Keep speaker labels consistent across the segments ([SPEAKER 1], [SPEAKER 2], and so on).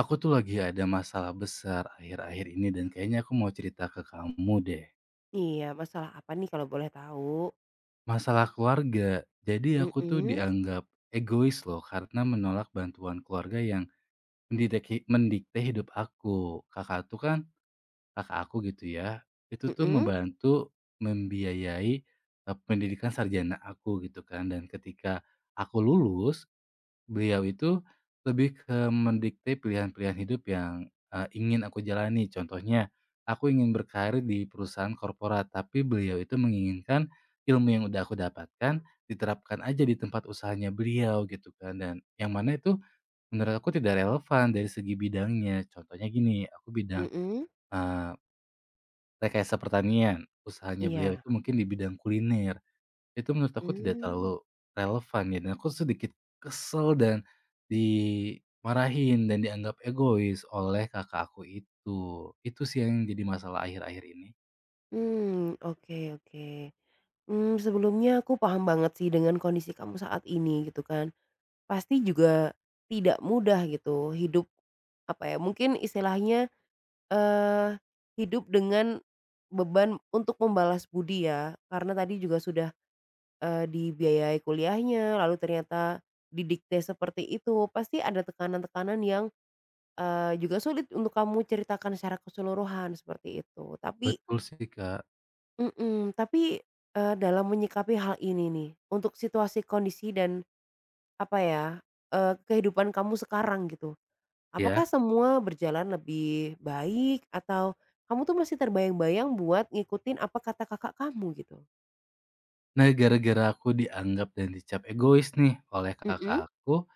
[SPEAKER 1] Aku tuh lagi ada masalah besar akhir-akhir ini dan kayaknya aku mau cerita ke kamu deh.
[SPEAKER 2] Iya, masalah apa nih kalau boleh tahu?
[SPEAKER 1] Masalah keluarga. Jadi aku tuh
[SPEAKER 2] Mhm,
[SPEAKER 1] dianggap egois loh karena menolak bantuan keluarga yang mendikte hidup aku. Kakak tuh kan, kakak aku gitu ya, itu tuh
[SPEAKER 2] mhm,
[SPEAKER 1] membantu membiayai pendidikan sarjana aku gitu kan. Dan ketika aku lulus, beliau itu lebih ke mendikte pilihan-pilihan hidup yang, ingin aku jalani. Contohnya, aku ingin berkarir di perusahaan korporat, tapi beliau itu menginginkan ilmu yang udah aku dapatkan diterapkan aja di tempat usahanya beliau gitu kan, dan yang mana itu menurut aku tidak relevan dari segi bidangnya. Contohnya gini, aku bidang,
[SPEAKER 2] mhm,
[SPEAKER 1] eee, rekayasa pertanian, usahanya beliau
[SPEAKER 2] iya,
[SPEAKER 1] itu mungkin di bidang kuliner. Itu menurut aku tidak
[SPEAKER 2] mmm,
[SPEAKER 1] terlalu relevan ya, dan aku sedikit kesel dan dimarahin dan dianggap egois oleh kakak aku itu. Itu sih yang jadi masalah akhir-akhir ini.
[SPEAKER 2] mmm, oke, oke. Mmm, sebelumnya aku paham banget sih dengan kondisi kamu saat ini gitu kan. Pasti juga tidak mudah gitu hidup, apa ya, mungkin istilahnya, eee, hidup dengan beban untuk membalas budi ya, karena tadi juga sudah, dibiayai kuliahnya, lalu ternyata didikte seperti itu, pasti ada tekanan-tekanan yang juga sulit untuk kamu ceritakan secara keseluruhan seperti itu. Tapi
[SPEAKER 1] Betul sih, Kak.
[SPEAKER 2] mhm, tapi, dalam menyikapi hal ini nih, untuk situasi, kondisi, dan apa ya, kehidupan kamu sekarang gitu,
[SPEAKER 1] Ya.
[SPEAKER 2] apakah semua berjalan lebih baik atau kamu tuh masih terbayang-bayang buat ngikutin apa kata kakak kamu gitu?
[SPEAKER 1] Nah, gara-gara aku dianggap dan dicap egois nih oleh
[SPEAKER 2] Mhm,
[SPEAKER 1] kakak aku,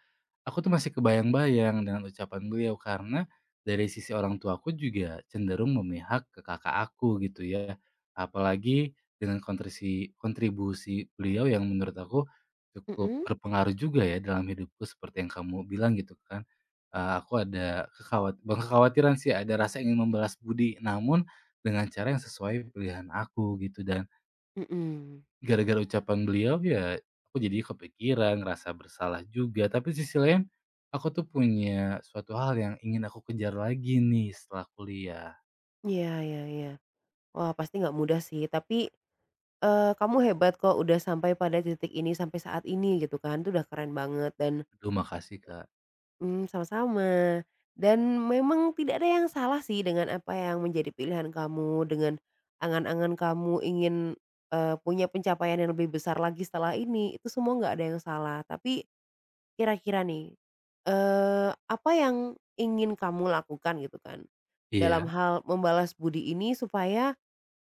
[SPEAKER 1] Aku tuh masih kebayang-bayang dengan ucapan beliau karena dari sisi orang tuaku juga cenderung memihak ke kakak aku gitu ya. Apalagi dengan kontribusi beliau yang menurut aku cukup
[SPEAKER 2] mhm.
[SPEAKER 1] berpengaruh juga ya dalam hidupku seperti yang kamu bilang gitu kan. Aku ada bukan kekhawatiran sih, ada rasa ingin membalas budi namun dengan cara yang sesuai pilihan aku gitu. Dan
[SPEAKER 2] Mhm.
[SPEAKER 1] gara-gara ucapan beliau ya, aku jadi kepikiran, ngerasa bersalah juga. Tapi sisi lain, aku tuh punya suatu hal yang ingin aku kejar lagi nih setelah kuliah.
[SPEAKER 2] Iya, iya, iya. Wah, pasti nggak mudah sih, tapi kamu hebat kok udah sampai pada titik ini, sampai saat ini gitu kan, itu udah keren banget dan
[SPEAKER 1] Aduh makasih, Kak.
[SPEAKER 2] mmm, sama-sama. Dan memang tidak ada yang salah sih dengan apa yang menjadi pilihan kamu, dengan angan-angan kamu ingin, punya pencapaian yang lebih besar lagi setelah ini, itu semua nggak ada yang salah. Tapi kira-kira nih, apa yang ingin kamu lakukan gitu kan,
[SPEAKER 1] Iya,
[SPEAKER 2] dalam hal membalas budi ini supaya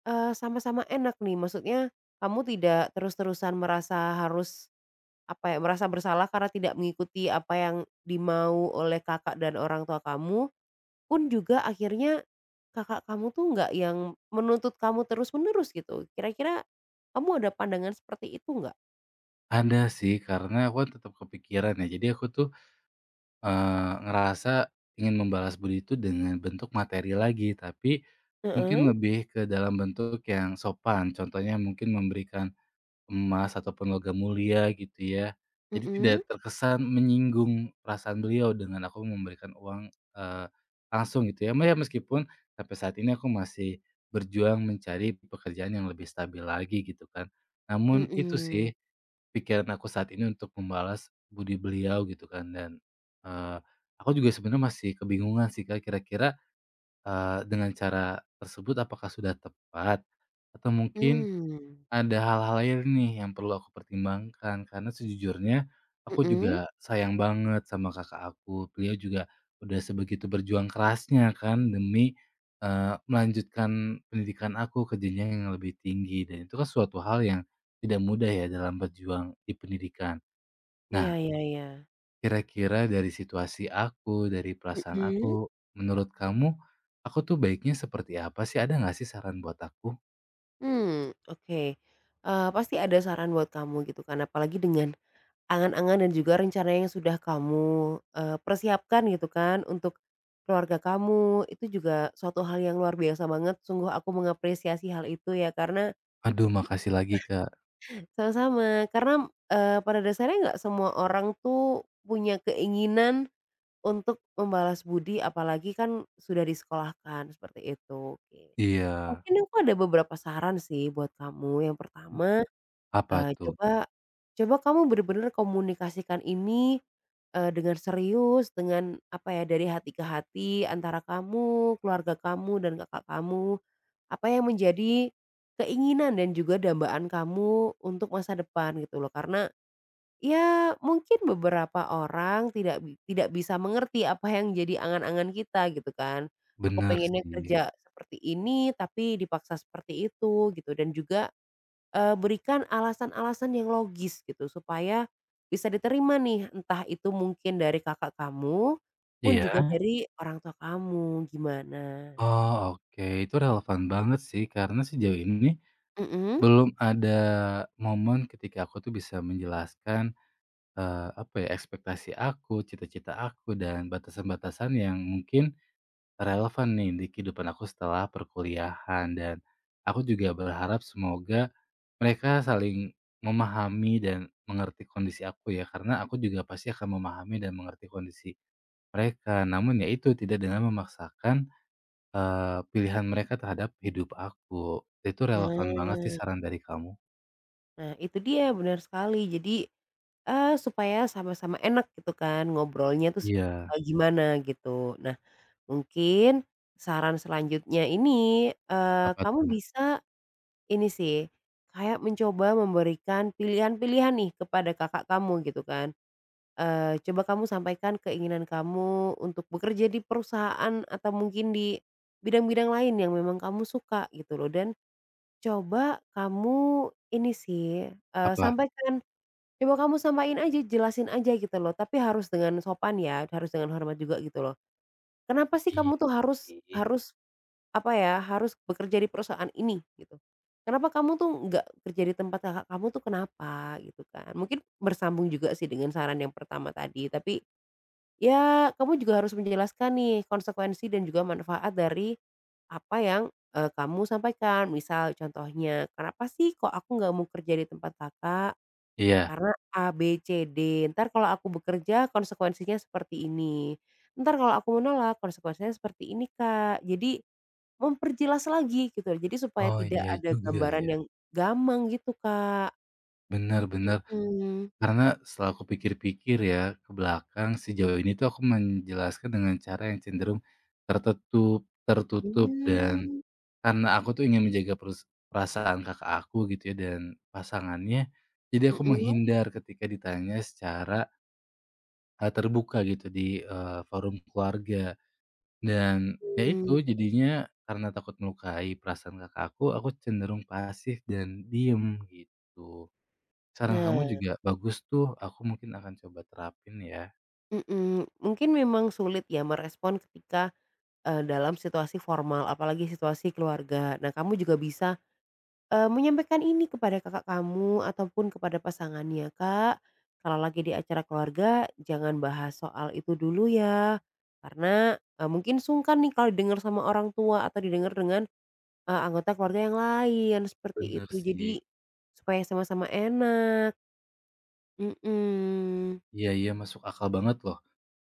[SPEAKER 2] Sama-sama enak nih, maksudnya kamu tidak terus-terusan merasa harus, apa ya, merasa bersalah karena tidak mengikuti apa yang dimau oleh kakak dan orang tua kamu, pun juga akhirnya kakak kamu tuh nggak yang menuntut kamu terus-menerus gitu. Kira-kira kamu ada pandangan seperti itu nggak?
[SPEAKER 1] ada sih karena aku kan tetap kepikiran ya. Jadi aku tuh, ngerasa ingin membalas budi itu dengan bentuk materi lagi, tapi mungkin
[SPEAKER 2] Heeh.
[SPEAKER 1] lebih ke dalam bentuk yang sopan. Contohnya mungkin memberikan emas ataupun logam mulia gitu ya. Jadi tidak
[SPEAKER 2] Mhm,
[SPEAKER 1] terkesan menyinggung perasaan beliau dengan aku memberikan uang, eee, langsung gitu ya. Ma ya meskipun sampai saat ini aku masih berjuang mencari pekerjaan yang lebih stabil lagi gitu kan. Namun itu sih
[SPEAKER 2] mhm,
[SPEAKER 1] pikiran aku saat ini untuk membalas budi beliau gitu kan. Dan, eee, aku juga sebenarnya masih kebingungan sih Kak, kira-kira, dengan cara tersebut apakah sudah tepat? Atau mungkin
[SPEAKER 2] mmm,
[SPEAKER 1] ada hal-hal lain nih yang perlu aku pertimbangkan, karena sejujurnya aku
[SPEAKER 2] mhm,
[SPEAKER 1] juga sayang banget sama kakak aku. Beliau juga udah sebegitu berjuang kerasnya kan demi melanjutkan pendidikan aku ke jenjang yang lebih tinggi, dan itu kan suatu hal yang tidak mudah ya dalam berjuang di pendidikan.
[SPEAKER 2] iya,
[SPEAKER 1] Nah,
[SPEAKER 2] iya, iya.
[SPEAKER 1] kira-kira dari situasi aku, dari perasaan
[SPEAKER 2] Mhm.
[SPEAKER 1] aku, menurut kamu aku tuh baiknya seperti apa sih? Ada nggak sih saran buat aku?
[SPEAKER 2] Hmm, oke, pasti ada saran buat kamu gitu kan, apalagi dengan angan-angan dan juga rencana yang sudah kamu, persiapkan gitu kan untuk keluarga kamu, itu juga suatu hal yang luar biasa banget, sungguh aku mengapresiasi hal itu ya karena
[SPEAKER 1] Aduh, makasih lagi, Kak.
[SPEAKER 2] sama-sama, karena, pada dasarnya nggak semua orang tuh punya keinginan untuk membalas budi apalagi kan sudah disekolahkan, seperti itu, oke.
[SPEAKER 1] Iya.
[SPEAKER 2] Mungkin aku ada beberapa saran sih buat kamu, yang pertama
[SPEAKER 1] Apa tuh?
[SPEAKER 2] Coba coba kamu bener-bener komunikasikan ini, dengan serius, dengan apa ya, dari hati ke hati antara kamu, keluarga kamu, dan kakak kamu. Apa yang menjadi keinginan dan juga dambaan kamu untuk masa depan gitu loh. Karena ya mungkin beberapa orang tidak bisa mengerti apa yang jadi angan-angan kita gitu kan. Aku
[SPEAKER 1] Bener
[SPEAKER 2] pengennya
[SPEAKER 1] sih.
[SPEAKER 2] kerja seperti ini, tapi dipaksa seperti itu gitu dan juga berikan alasan-alasan yang logis gitu supaya bisa diterima nih, entah itu mungkin dari kakak kamu, pun juga
[SPEAKER 1] Iya?
[SPEAKER 2] dari orang tua kamu, gimana?
[SPEAKER 1] Oh, oke. Itu relevan banget sih, karena sejauh ini
[SPEAKER 2] Mhm.
[SPEAKER 1] belum ada momen ketika aku tuh bisa menjelaskan, apa ya, ekspektasi aku, cita-cita aku, dan batasan-batasan yang mungkin relevan nih di kehidupan aku setelah perkuliahan. Dan aku juga berharap semoga mereka saling memahami dan mengerti kondisi aku ya, karena aku juga pasti akan memahami dan mengerti kondisi mereka, namun ya itu, tidak dengan memaksakan, pilihan mereka terhadap hidup aku. Itu relevan banget sih
[SPEAKER 2] Nah,
[SPEAKER 1] saran dari kamu.
[SPEAKER 2] nah itu dia, benar sekali. Jadi, supaya sama-sama enak gitu kan ngobrolnya tuh,
[SPEAKER 1] Iya,
[SPEAKER 2] gimana gitu. Nah, mungkin saran selanjutnya ini,
[SPEAKER 1] apa
[SPEAKER 2] kamu
[SPEAKER 1] tuh?
[SPEAKER 2] bisa ini sih, kayak mencoba memberikan pilihan-pilihan nih kepada kakak kamu gitu kan. Coba kamu sampaikan keinginan kamu untuk bekerja di perusahaan atau mungkin di bidang-bidang lain yang memang kamu suka gitu loh dan coba kamu ini sih,
[SPEAKER 1] Apa?
[SPEAKER 2] coba kamu sampaikan aja, jelasin aja gitu loh, tapi harus dengan sopan ya, harus dengan hormat juga gitu loh. Kenapa sih
[SPEAKER 1] Ih,
[SPEAKER 2] kamu tuh harus harus apa ya, harus bekerja di perusahaan ini gitu? Kenapa kamu tuh nggak kerja di tempat kakak kamu tuh kenapa gitu kan? Mungkin bersambung juga sih dengan saran yang pertama tadi, tapi ya, kamu juga harus menjelaskan nih konsekuensi dan juga manfaat dari apa yang, kamu sampaikan. Misal contohnya, "Kenapa sih kok aku nggak mau kerja di tempat Kakak?
[SPEAKER 1] iya.
[SPEAKER 2] Karena A, B, C, D. Ntar kalau aku bekerja konsekuensinya seperti ini. Ntar kalau aku menolak konsekuensinya seperti ini, Kak." Jadi memperjelas lagi gitu, jadi supaya
[SPEAKER 1] Oh,
[SPEAKER 2] tidak
[SPEAKER 1] iya
[SPEAKER 2] ada
[SPEAKER 1] juga
[SPEAKER 2] gambaran
[SPEAKER 1] ya.
[SPEAKER 2] yang gamang gitu, Kak.
[SPEAKER 1] Bener bener.
[SPEAKER 2] Hmm.
[SPEAKER 1] Karena setelah aku pikir-pikir ya, ke belakang sejauh ini tuh aku menjelaskan dengan cara yang cenderung tertutup, tertutup. Dan
[SPEAKER 2] Hmm.
[SPEAKER 1] karena aku tuh ingin menjaga perasaan kakak aku gitu ya dan pasangannya, jadi
[SPEAKER 2] Mmm,
[SPEAKER 1] aku
[SPEAKER 2] mhm.
[SPEAKER 1] menghindar ketika ditanya secara, terbuka gitu di, forum keluarga. Dan ya itu
[SPEAKER 2] Mhm.
[SPEAKER 1] jadinya karena takut melukai perasaan kakak aku cenderung pasif dan diem gitu. Saran kamu
[SPEAKER 2] Nah,
[SPEAKER 1] juga bagus tuh, aku mungkin akan coba terapin ya.
[SPEAKER 2] mhm, mungkin memang sulit ya merespon ketika, dalam situasi formal apalagi situasi keluarga. Nah kamu juga bisa, menyampaikan ini kepada kakak kamu ataupun kepada pasangannya, "Kak, kalau lagi di acara keluarga jangan bahas soal itu dulu ya, karena, mungkin sungkan nih kalau didengar sama orang tua atau didengar dengan, anggota keluarga yang lain," seperti
[SPEAKER 1] Bener
[SPEAKER 2] itu.
[SPEAKER 1] sih.
[SPEAKER 2] Jadi supaya sama-sama enak, mhm.
[SPEAKER 1] Iya iya masuk akal banget loh.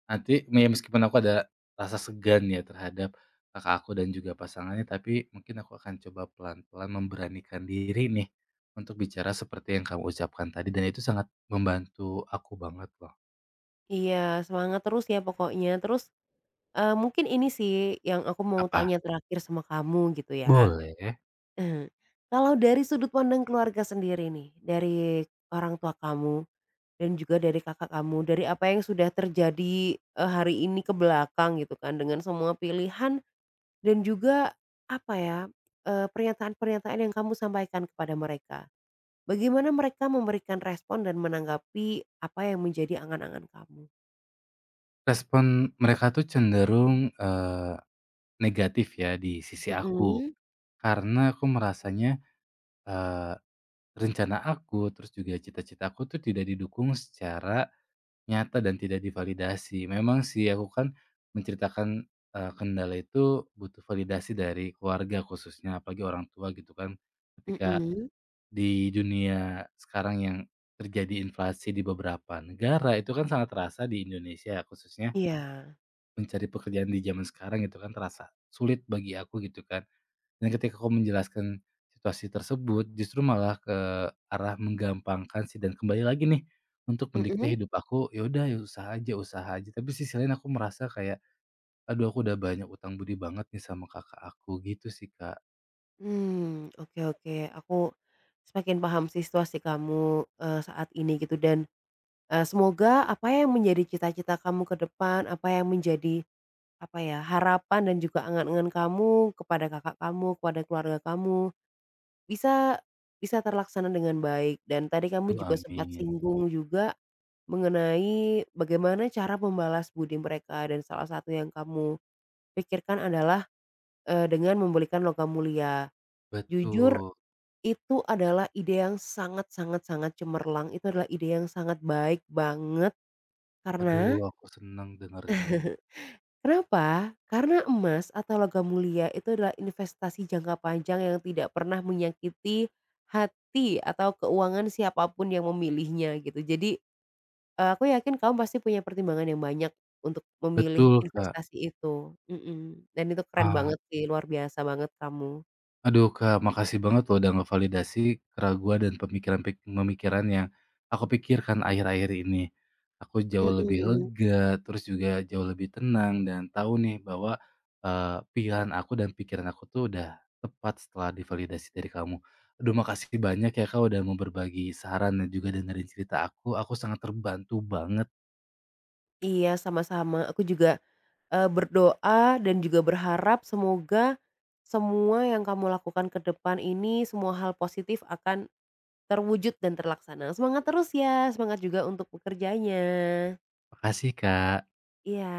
[SPEAKER 1] Nanti meskipun aku ada rasa segan ya terhadap kakak aku dan juga pasangannya, tapi mungkin aku akan coba pelan-pelan memberanikan diri nih untuk bicara seperti yang kamu ucapkan tadi, dan itu sangat membantu aku banget loh.
[SPEAKER 2] Iya, semangat terus ya pokoknya. Terus mungkin ini sih yang aku mau
[SPEAKER 1] Apa?
[SPEAKER 2] tanya terakhir sama kamu gitu ya.
[SPEAKER 1] Boleh.
[SPEAKER 2] Eee, Kalau dari sudut pandang keluarga sendiri nih, dari orang tua kamu dan juga dari kakak kamu, dari apa yang sudah terjadi, hari ini ke belakang gitu kan dengan semua pilihan dan juga apa ya, pernyataan-pernyataan yang kamu sampaikan kepada mereka. Bagaimana mereka memberikan respon dan menanggapi apa yang menjadi angan-angan kamu?
[SPEAKER 1] Respon mereka tuh cenderung, negatif ya di sisi aku,
[SPEAKER 2] Mhm,
[SPEAKER 1] karena aku merasanya, eee, rencana aku, terus juga cita-cita aku tuh tidak didukung secara nyata dan tidak divalidasi. Memang sih aku kan menceritakan, kendala itu butuh validasi dari keluarga khususnya, apalagi orang tua gitu kan. Ketika
[SPEAKER 2] mhm.
[SPEAKER 1] di dunia sekarang yang terjadi inflasi di beberapa negara, itu kan sangat terasa di Indonesia. Khususnya
[SPEAKER 2] Iya,
[SPEAKER 1] mencari pekerjaan di zaman sekarang itu kan terasa sulit bagi aku gitu kan. Dan ketika kau menjelaskan situasi tersebut, justru malah ke arah menggampangkan sih dan kembali lagi nih, untuk mendikte
[SPEAKER 2] mhm?
[SPEAKER 1] hidup aku, ya udah ya usaha aja. Tapi sisi lain aku merasa kayak, "Aduh aku udah banyak utang budi banget nih sama kakak aku," gitu sih, Kak.
[SPEAKER 2] Hmm, oke, oke. Aku semakin paham sih situasi kamu, saat ini gitu dan, semoga apa yang menjadi cita-cita kamu ke depan, apa yang menjadi, apa ya, harapan dan juga angan-angan kamu kepada kakak kamu, kepada keluarga kamu, bisa bisa terlaksana dengan baik. Dan tadi kamu
[SPEAKER 1] Aduh
[SPEAKER 2] juga sempat
[SPEAKER 1] amin.
[SPEAKER 2] singgung juga mengenai bagaimana cara membalas budi mereka dan salah satu yang kamu pikirkan adalah, dengan membelikan logam mulia. Jujur
[SPEAKER 1] Betul.
[SPEAKER 2] itu adalah ide yang sangat sangat sangat cemerlang, itu adalah ide yang sangat baik banget karena
[SPEAKER 1] Aduh aku seneng dengernya.
[SPEAKER 2] kenapa? Karena emas atau logam mulia itu adalah investasi jangka panjang yang tidak pernah menyakiti hati atau keuangan siapapun yang memilihnya gitu. Jadi, aku yakin kamu pasti punya pertimbangan yang banyak untuk memilih
[SPEAKER 1] Betul, Kak.
[SPEAKER 2] investasi itu, mhm, dan itu keren
[SPEAKER 1] Ah.
[SPEAKER 2] banget sih, luar biasa banget kamu.
[SPEAKER 1] Aduh Kak, makasih banget loh udah ngevalidasi keraguan dan pemikiran pemikiran yang aku pikirkan akhir-akhir ini. Aku jauh lebih
[SPEAKER 2] Mhm,
[SPEAKER 1] lega, terus juga jauh lebih tenang dan tahu nih bahwa, pilihan aku dan pikiran aku tuh udah tepat setelah divalidasi dari kamu. Aduh makasih banyak ya Kak udah mau berbagi saran dan juga dengerin cerita aku sangat terbantu banget.
[SPEAKER 2] iya, sama-sama, aku juga berdoa dan juga berharap semoga semua yang kamu lakukan ke depan ini, semua hal positif akan terwujud dan terlaksana. Semangat terus ya, semangat juga untuk bekerjanya.
[SPEAKER 1] Makasih Kak.
[SPEAKER 2] Iya.